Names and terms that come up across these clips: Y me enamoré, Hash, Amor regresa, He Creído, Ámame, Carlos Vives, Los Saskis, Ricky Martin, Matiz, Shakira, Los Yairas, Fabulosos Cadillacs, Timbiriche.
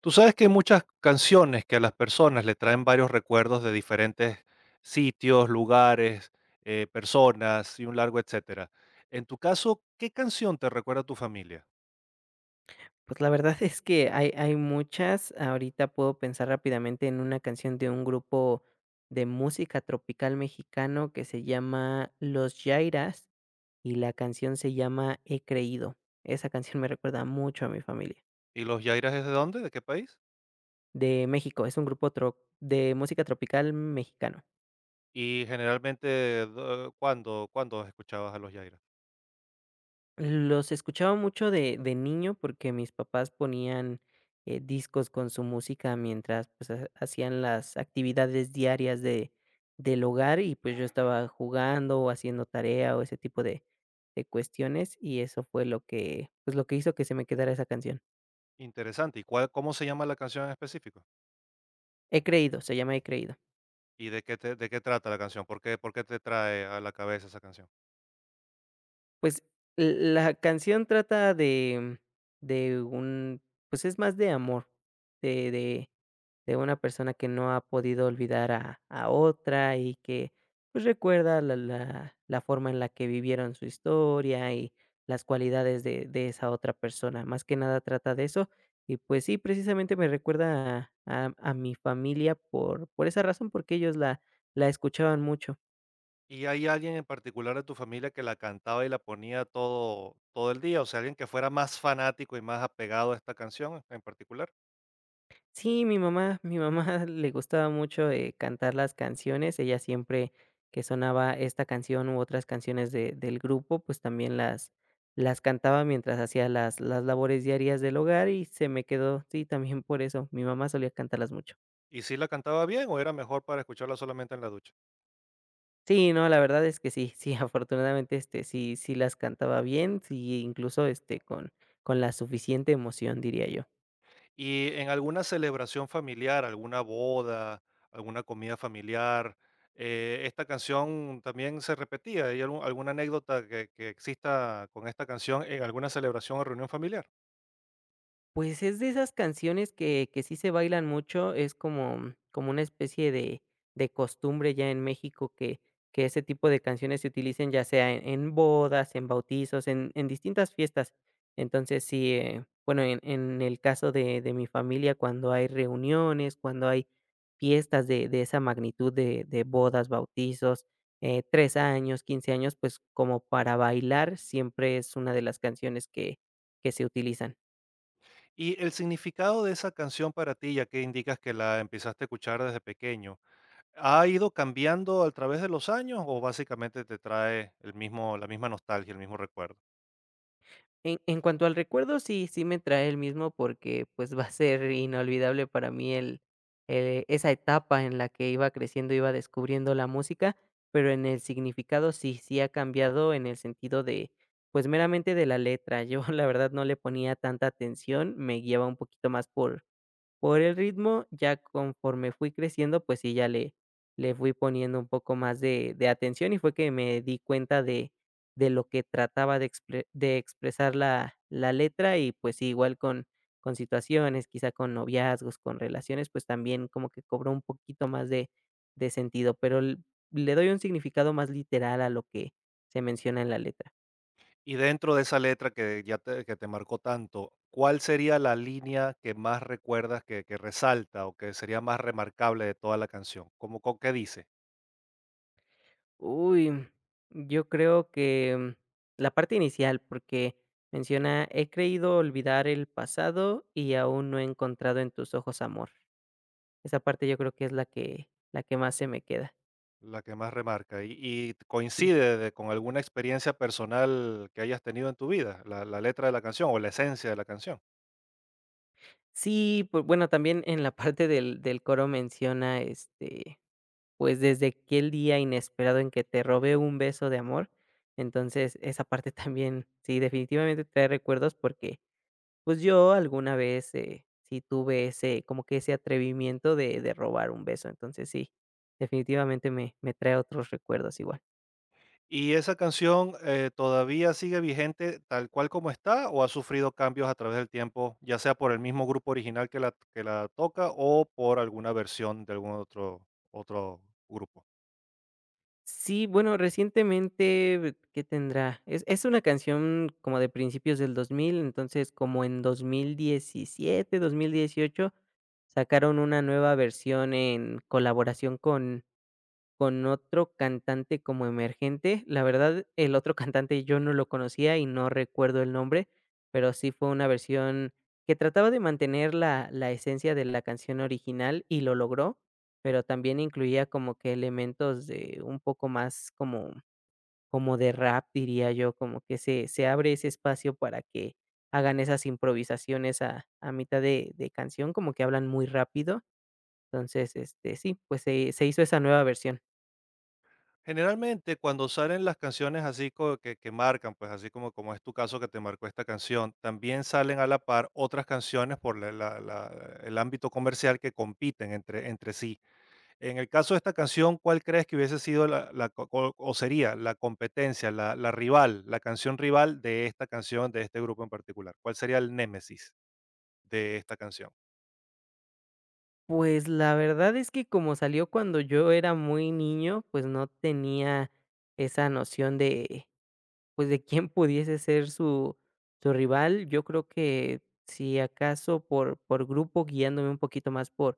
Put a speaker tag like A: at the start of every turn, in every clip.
A: Tú sabes que hay muchas canciones que a las personas le traen varios recuerdos de diferentes sitios, lugares, personas y un largo etcétera. En tu caso, ¿qué canción te recuerda a tu familia?
B: Pues la verdad es que hay muchas. Ahorita puedo pensar rápidamente en una canción de un grupo de música tropical mexicano que se llama Los Yairas y la canción se llama He Creído. Esa canción me recuerda mucho a mi familia.
A: ¿Y los Yairas es de dónde? ¿De qué país?
B: De México, es un grupo de música tropical mexicano.
A: Y generalmente, ¿cuándo, escuchabas a los Yairas?
B: Los escuchaba mucho de niño porque mis papás ponían, discos con su música mientras, pues, ha hacían las actividades diarias de del hogar y, pues, yo estaba jugando o haciendo tarea o ese tipo de cuestiones, y eso fue lo que, pues, lo que hizo que se me quedara esa canción.
A: Interesante. ¿Y cuál, cómo se llama la canción en específico?
B: He creído, se llama He creído.
A: ¿Y de qué, de qué trata la canción? ¿Por qué, te trae a la cabeza esa canción?
B: Pues, l la canción trata de un pues, es más de amor, de de una persona que no ha podido olvidar a otra y que pues recuerda la forma en la que vivieron su historia y las cualidades de esa otra persona. Más que nada trata de eso. Y pues sí, precisamente me recuerda a mi familia por esa razón, porque ellos la escuchaban mucho.
A: ¿Y hay alguien en particular de tu familia que la cantaba y la ponía todo, el día? O sea, alguien que fuera más fanático y más apegado a esta canción en particular.
B: Sí, mi mamá le gustaba mucho, cantar las canciones. Ella siempre que sonaba esta canción u otras canciones de del grupo, pues, también las cantaba mientras hacía las labores diarias del hogar y se me quedó, sí, también por eso. Mi mamá solía cantarlas mucho.
A: ¿Y si la cantaba bien o era mejor para escucharla solamente en la ducha?
B: Sí, no, la verdad es que sí, sí, afortunadamente, este, sí, sí las cantaba bien, sí, incluso, este, con la suficiente emoción, diría yo.
A: ¿Y en alguna celebración familiar, alguna boda, alguna comida familiar, esta canción también se repetía? ¿Hay alguna anécdota que, exista con esta canción en alguna celebración o reunión familiar?
B: Pues es de esas canciones que sí se bailan mucho, es como una especie de costumbre ya en México que ese tipo de canciones se utilicen, ya sea en bodas, en bautizos, en distintas fiestas. Entonces, sí, bueno, en el caso de mi familia, cuando hay reuniones, cuando hay fiestas de esa magnitud de bodas, bautizos, 3 años, 15 años, pues, como para bailar, siempre es una de las canciones que se utilizan.
A: ¿Y el significado de esa canción para ti, ya que indicas que la empezaste a escuchar desde pequeño? ¿Ha ido cambiando a través de los años o básicamente te trae el mismo, la misma nostalgia, el mismo recuerdo?
B: En cuanto al recuerdo, sí, sí me trae el mismo porque, pues, va a ser inolvidable para mí esa etapa en la que iba creciendo, iba descubriendo la música, pero en el significado sí, sí ha cambiado en el sentido de, pues, meramente de la letra. Yo, la verdad, no le ponía tanta atención, me guiaba un poquito más por el ritmo, ya conforme fui creciendo, pues sí, ya le fui poniendo un poco más de atención, y fue que me di cuenta de lo que trataba de expresar la letra y, pues sí, igual con situaciones, quizá con noviazgos, con relaciones, pues también como que cobró un poquito más de sentido, pero l le doy un significado más literal a lo que se menciona en la letra.
A: Y dentro de esa letra que ya que te marcó tanto, ¿cuál sería la línea que más recuerdas, que resalta o que sería más remarcable de toda la canción? ¿Cómo, con qué dice
B: Uy, yo creo que la parte inicial, porque menciona, he creído olvidar el pasado y aún no he encontrado en tus ojos amor. Esa parte yo creo que es la que más se me queda,
A: la que más remarca? ¿Y,
B: sí.
A: coincide con alguna experiencia personal que hayas tenido en tu vida, la letra de la canción o la esencia de la canción?
B: Sí, pues bueno, también en la parte del coro menciona, este, pues desde aquel día inesperado en que te robé un beso de amor. Entonces, esa parte también, sí, definitivamente trae recuerdos. Porque Pues yo alguna vez, sí tuve ese como que ese atrevimiento de robar un beso, entonces sí, definitivamente me trae otros recuerdos igual.
A: ¿Y esa canción, todavía sigue vigente tal cual como está, o ha sufrido cambios a través del tiempo, ya sea por el mismo grupo original que la toca o por alguna versión de algún otro grupo?
B: Sí, bueno, recientemente, ¿qué tendrá? Es una canción como de principios del 2000, entonces, como en 2017, 2018, sacaron una nueva versión en colaboración con otro cantante como emergente, la verdad, el otro cantante yo no lo conocía y no recuerdo el nombre, pero sí fue una versión que trataba de mantener la esencia de la canción original y lo logró, pero también incluía como que elementos de un poco más como de rap, diría yo, como que se abre ese espacio para que hagan esas improvisaciones a mitad de canción, como que hablan muy rápido. Entonces, este, sí, pues se hizo esa nueva versión.
A: Generalmente, cuando salen las canciones así co que marcan, pues, así como es tu caso que te marcó esta canción, también salen a la par otras canciones por la la la el ámbito comercial que compiten entre sí. En el caso de esta canción, ¿cuál crees que hubiese sido la la co co o sería la competencia, la rival, la canción rival de esta canción, de este grupo en particular? ¿Cuál sería el némesis de esta canción?
B: Pues, la verdad es que como salió cuando yo era muy niño, pues, no tenía esa noción de pues, de quién pudiese ser su rival, yo creo que si acaso por grupo, guiándome un poquito más por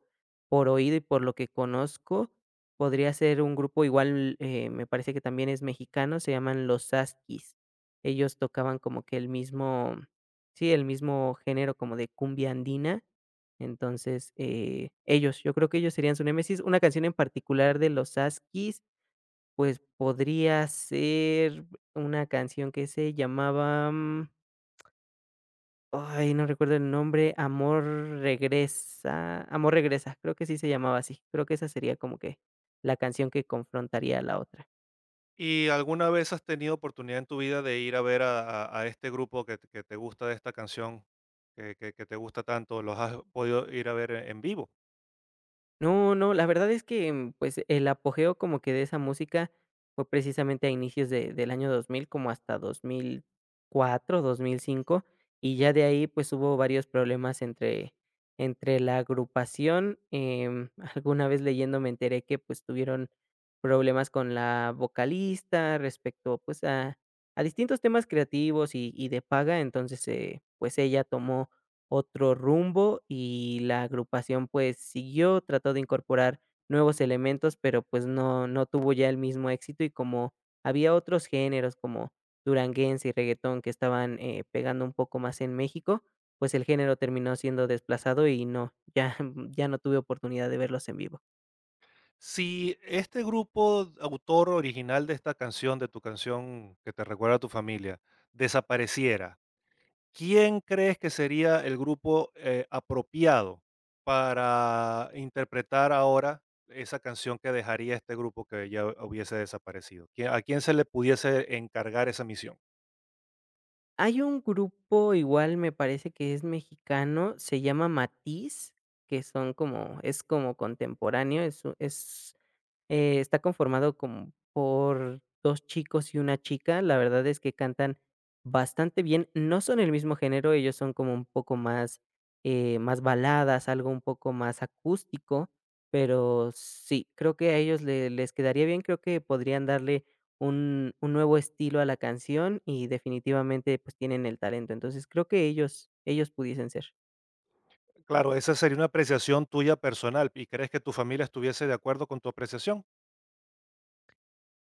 B: por oído y por lo que conozco, podría ser un grupo igual, me parece que también es mexicano, se llaman Los Saskis. Ellos tocaban como que el mismo, sí, el mismo género como de cumbia andina. Entonces, ellos, yo creo que ellos serían su némesis. Una canción en particular de Los Saskis pues podría ser una canción que se llamaba, ay, no recuerdo el nombre, Amor regresa, creo que sí se llamaba así, creo que esa sería como que la canción que confrontaría a la otra.
A: ¿Y alguna vez has tenido oportunidad en tu vida de ir a ver a este grupo que te gusta de esta canción, que te gusta tanto? ¿Los has podido ir a ver en vivo?
B: No, no, la verdad es que, pues, el apogeo como que de esa música fue precisamente a inicios de del año 2000, como hasta dos mil cuatro, 2005, y ya de ahí, pues, hubo varios problemas entre la agrupación, alguna vez leyendo me enteré que, pues, tuvieron problemas con la vocalista respecto, pues, a distintos temas creativos y de paga, entonces, pues, ella tomó otro rumbo y la agrupación, pues, siguió, trató de incorporar nuevos elementos, pero, pues, no tuvo ya el mismo éxito y como había otros géneros como duranguense y reguetón que estaban, pegando un poco más en México, pues, el género terminó siendo desplazado y no, ya ya no tuve oportunidad de verlos en vivo.
A: Si este grupo, autor original de esta canción, de tu canción que te recuerda a tu familia, desapareciera, ¿quién crees que sería el grupo, apropiado para interpretar ahora esa canción que dejaría este grupo que ya hubiese desaparecido? ¿Qui A quién se le pudiese encargar esa misión?
B: Hay un grupo igual, me parece que es mexicano, se llama Matiz, que son como es como contemporáneo, es u es está conformado como por 2 chicos y una chica. La verdad es que cantan bastante bien. No son el mismo género, ellos son como un poco más baladas, algo un poco más acústico, pero sí, creo que a ellos le les quedaría bien. Creo que podrían darle un nuevo estilo a la canción y definitivamente, pues, tienen el talento. Entonces, creo que ellos pudiesen ser.
A: Claro, esa sería una apreciación tuya personal, ¿y crees que tu familia estuviese de acuerdo con tu apreciación?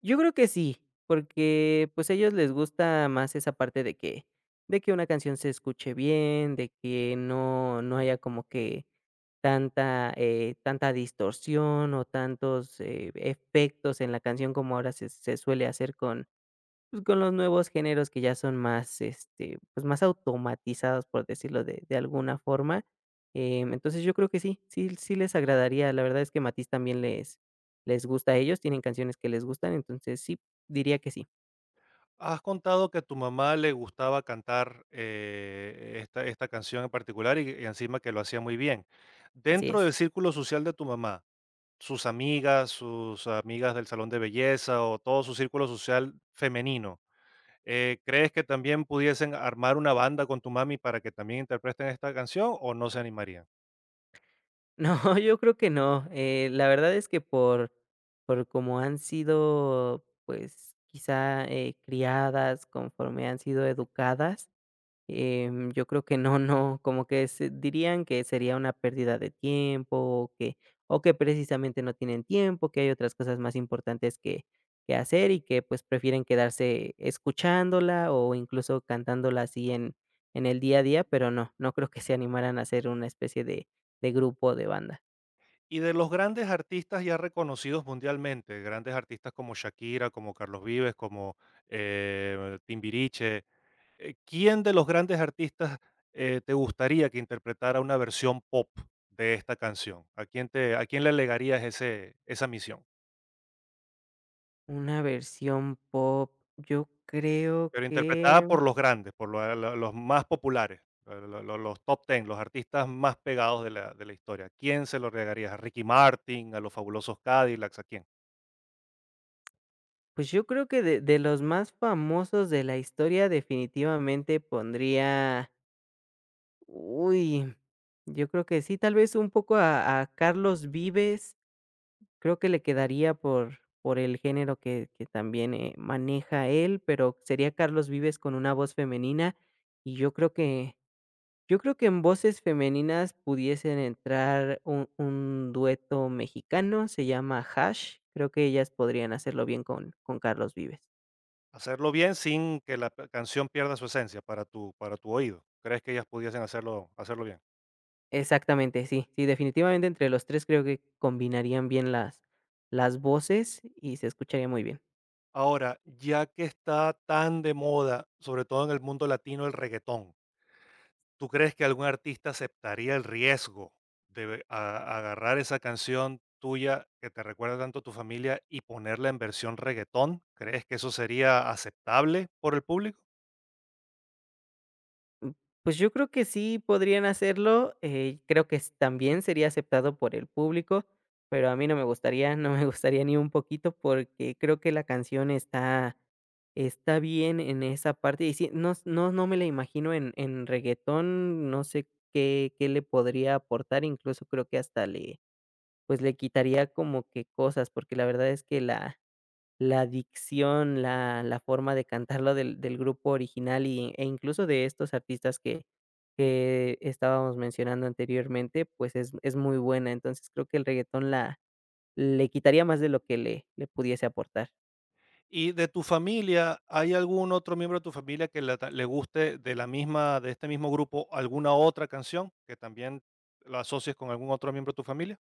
B: Yo creo que sí, porque, pues, a ellos les gusta más esa parte de que una canción se escuche bien, de que no haya como que tanta distorsión o tantos, efectos en la canción como ahora se suele hacer con pues, con los nuevos géneros que ya son más, este, pues, más automatizados, por decirlo de alguna forma, entonces, yo creo que sí, sí, sí les agradaría. La verdad es que Matiz también les gusta a ellos, tienen canciones que les gustan, entonces sí, diría que sí,
A: Has contado que a tu mamá le gustaba cantar, esta canción en particular y encima que lo hacía muy bien.
B: así
A: Dentro del
B: es.
A: círculo social de tu mamá. Sus amigas, del salón de belleza o todo su círculo social femenino. ¿Crees que también pudiesen armar una banda con tu mami para que también interpreten esta canción o no se animarían?
B: No, yo creo que no, la verdad es que por cómo han sido, pues, quizá, criadas, conforme han sido educadas. Yo creo que no, no, como que se dirían que sería una pérdida de tiempo, o que precisamente no tienen tiempo, que hay otras cosas más importantes que hacer y que, pues, prefieren quedarse escuchándola o incluso cantándola así en el día a día, pero no, no creo que se animaran a hacer una especie de grupo, de banda.
A: Y de los grandes artistas ya reconocidos mundialmente, grandes artistas como Shakira, como Carlos Vives, como Timbiriche, ¿quién de los grandes artistas te gustaría que interpretara una versión pop de esta canción? ¿A quién, a quién le legarías ese, esa misión?
B: Una versión pop,
A: Pero interpretada por los grandes, por lo los más populares, lo los top ten, los artistas más pegados de la historia. ¿Quién se lo regalarías? ¿A Ricky Martin, a los Fabulosos Cadillacs, a quién?
B: pues, yo creo que de los más famosos de la historia definitivamente pondría. Uy, yo creo que sí, tal vez un poco a Carlos Vives, creo que le quedaría por el género que también maneja él, pero sería Carlos Vives con una voz femenina y yo creo que en voces femeninas pudiesen entrar un dueto mexicano, se llama Hash, creo que ellas podrían hacerlo bien con Carlos Vives.
A: Hacerlo bien sin que la p canción pierda su esencia para tu oído. ¿Crees que ellas pudiesen hacerlo bien?
B: Exactamente, sí, sí, definitivamente entre los 3 creo que combinarían bien las voces y se escucharía muy bien.
A: Ahora, ya que está tan de moda, sobre todo en el mundo latino, el reggaetón. ¿Tú crees que algún artista aceptaría el riesgo de agarrar esa canción tuya que te recuerda tanto a tu familia y ponerla en versión reggaetón? ¿Crees que eso sería aceptable por el público?
B: Pues yo creo que sí podrían hacerlo, creo que s también sería aceptado por el público, pero a mí no me gustaría, no me gustaría ni un poquito, porque creo que la canción está bien en esa parte y sí, no s no no me la imagino en reggaetón. No sé qué le podría aportar, incluso creo que hasta pues, le quitaría como que cosas, porque la verdad es que la dicción, la forma de cantarlo del grupo original e incluso de estos artistas que estábamos mencionando anteriormente, pues, es muy buena. Entonces, creo que el reggaetón la le quitaría más de lo que le pudiese aportar.
A: Y de tu familia, ¿hay algún otro miembro de tu familia que la le guste de la misma, de este mismo grupo, alguna otra canción que también la asocies con algún otro miembro de tu familia?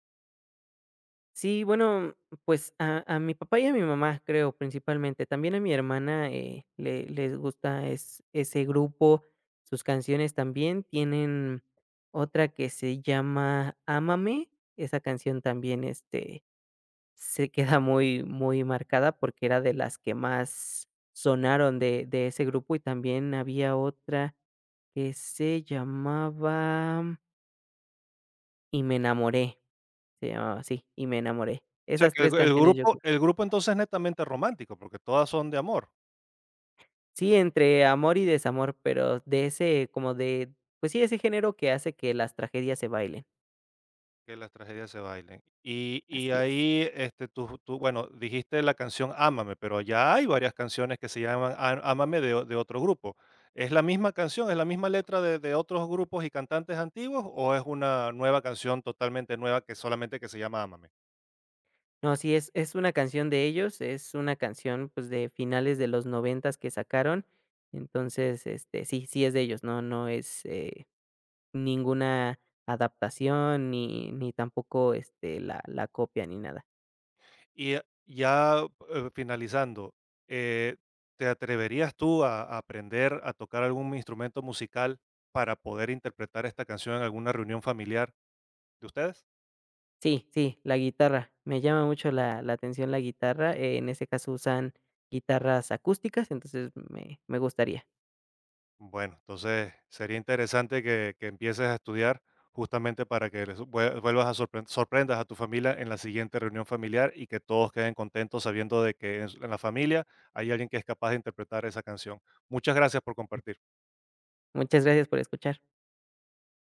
B: Sí, bueno, pues a mi papá y a mi mamá, creo, principalmente. También a mi hermana les gusta ese grupo. Sus canciones también tienen otra que se llama Ámame. Esa canción también este, se queda muy, muy marcada porque era de las que más sonaron de ese grupo. Y también había otra que se llamaba Y me enamoré. Se llamaba así, Y me enamoré.
A: O sea
B: Esas
A: que
B: tres
A: el
B: canciones yo.
A: grupo, entonces es netamente romántico, porque todas son de amor.
B: Sí, entre amor y desamor, pero de ese, como de, pues sí, ese género que hace que las tragedias se bailen,
A: Que las tragedias se bailen. Y,
B: así es.
A: ahí, este, tú, bueno, dijiste la canción Ámame, pero ya hay varias canciones que se llaman Ámame de, de otro grupo. ¿Es la misma canción, es la misma letra de otros grupos y cantantes antiguos o es una nueva canción totalmente nueva que solamente que se llama Ámame?
B: No, sí, es una canción de ellos, es una canción, pues, de finales de los noventas que sacaron, entonces, este, sí, sí es de ellos, no es, ninguna adaptación, ni tampoco, este, la copia ni nada.
A: Y ya finalizando, eh, ¿te atreverías tú a aprender a tocar algún instrumento musical para poder interpretar esta canción en alguna reunión familiar de ustedes?
B: Sí, sí, la guitarra, me llama mucho la atención la guitarra, en ese caso usan guitarras acústicas, entonces me gustaría.
A: Bueno, entonces sería interesante que, empieces a estudiar justamente para que les vuelvas a sorprendas a tu familia en la siguiente reunión familiar y que todos queden contentos sabiendo de que en la familia hay alguien que es capaz de interpretar esa canción. Muchas gracias por compartir.
B: Muchas gracias por escuchar.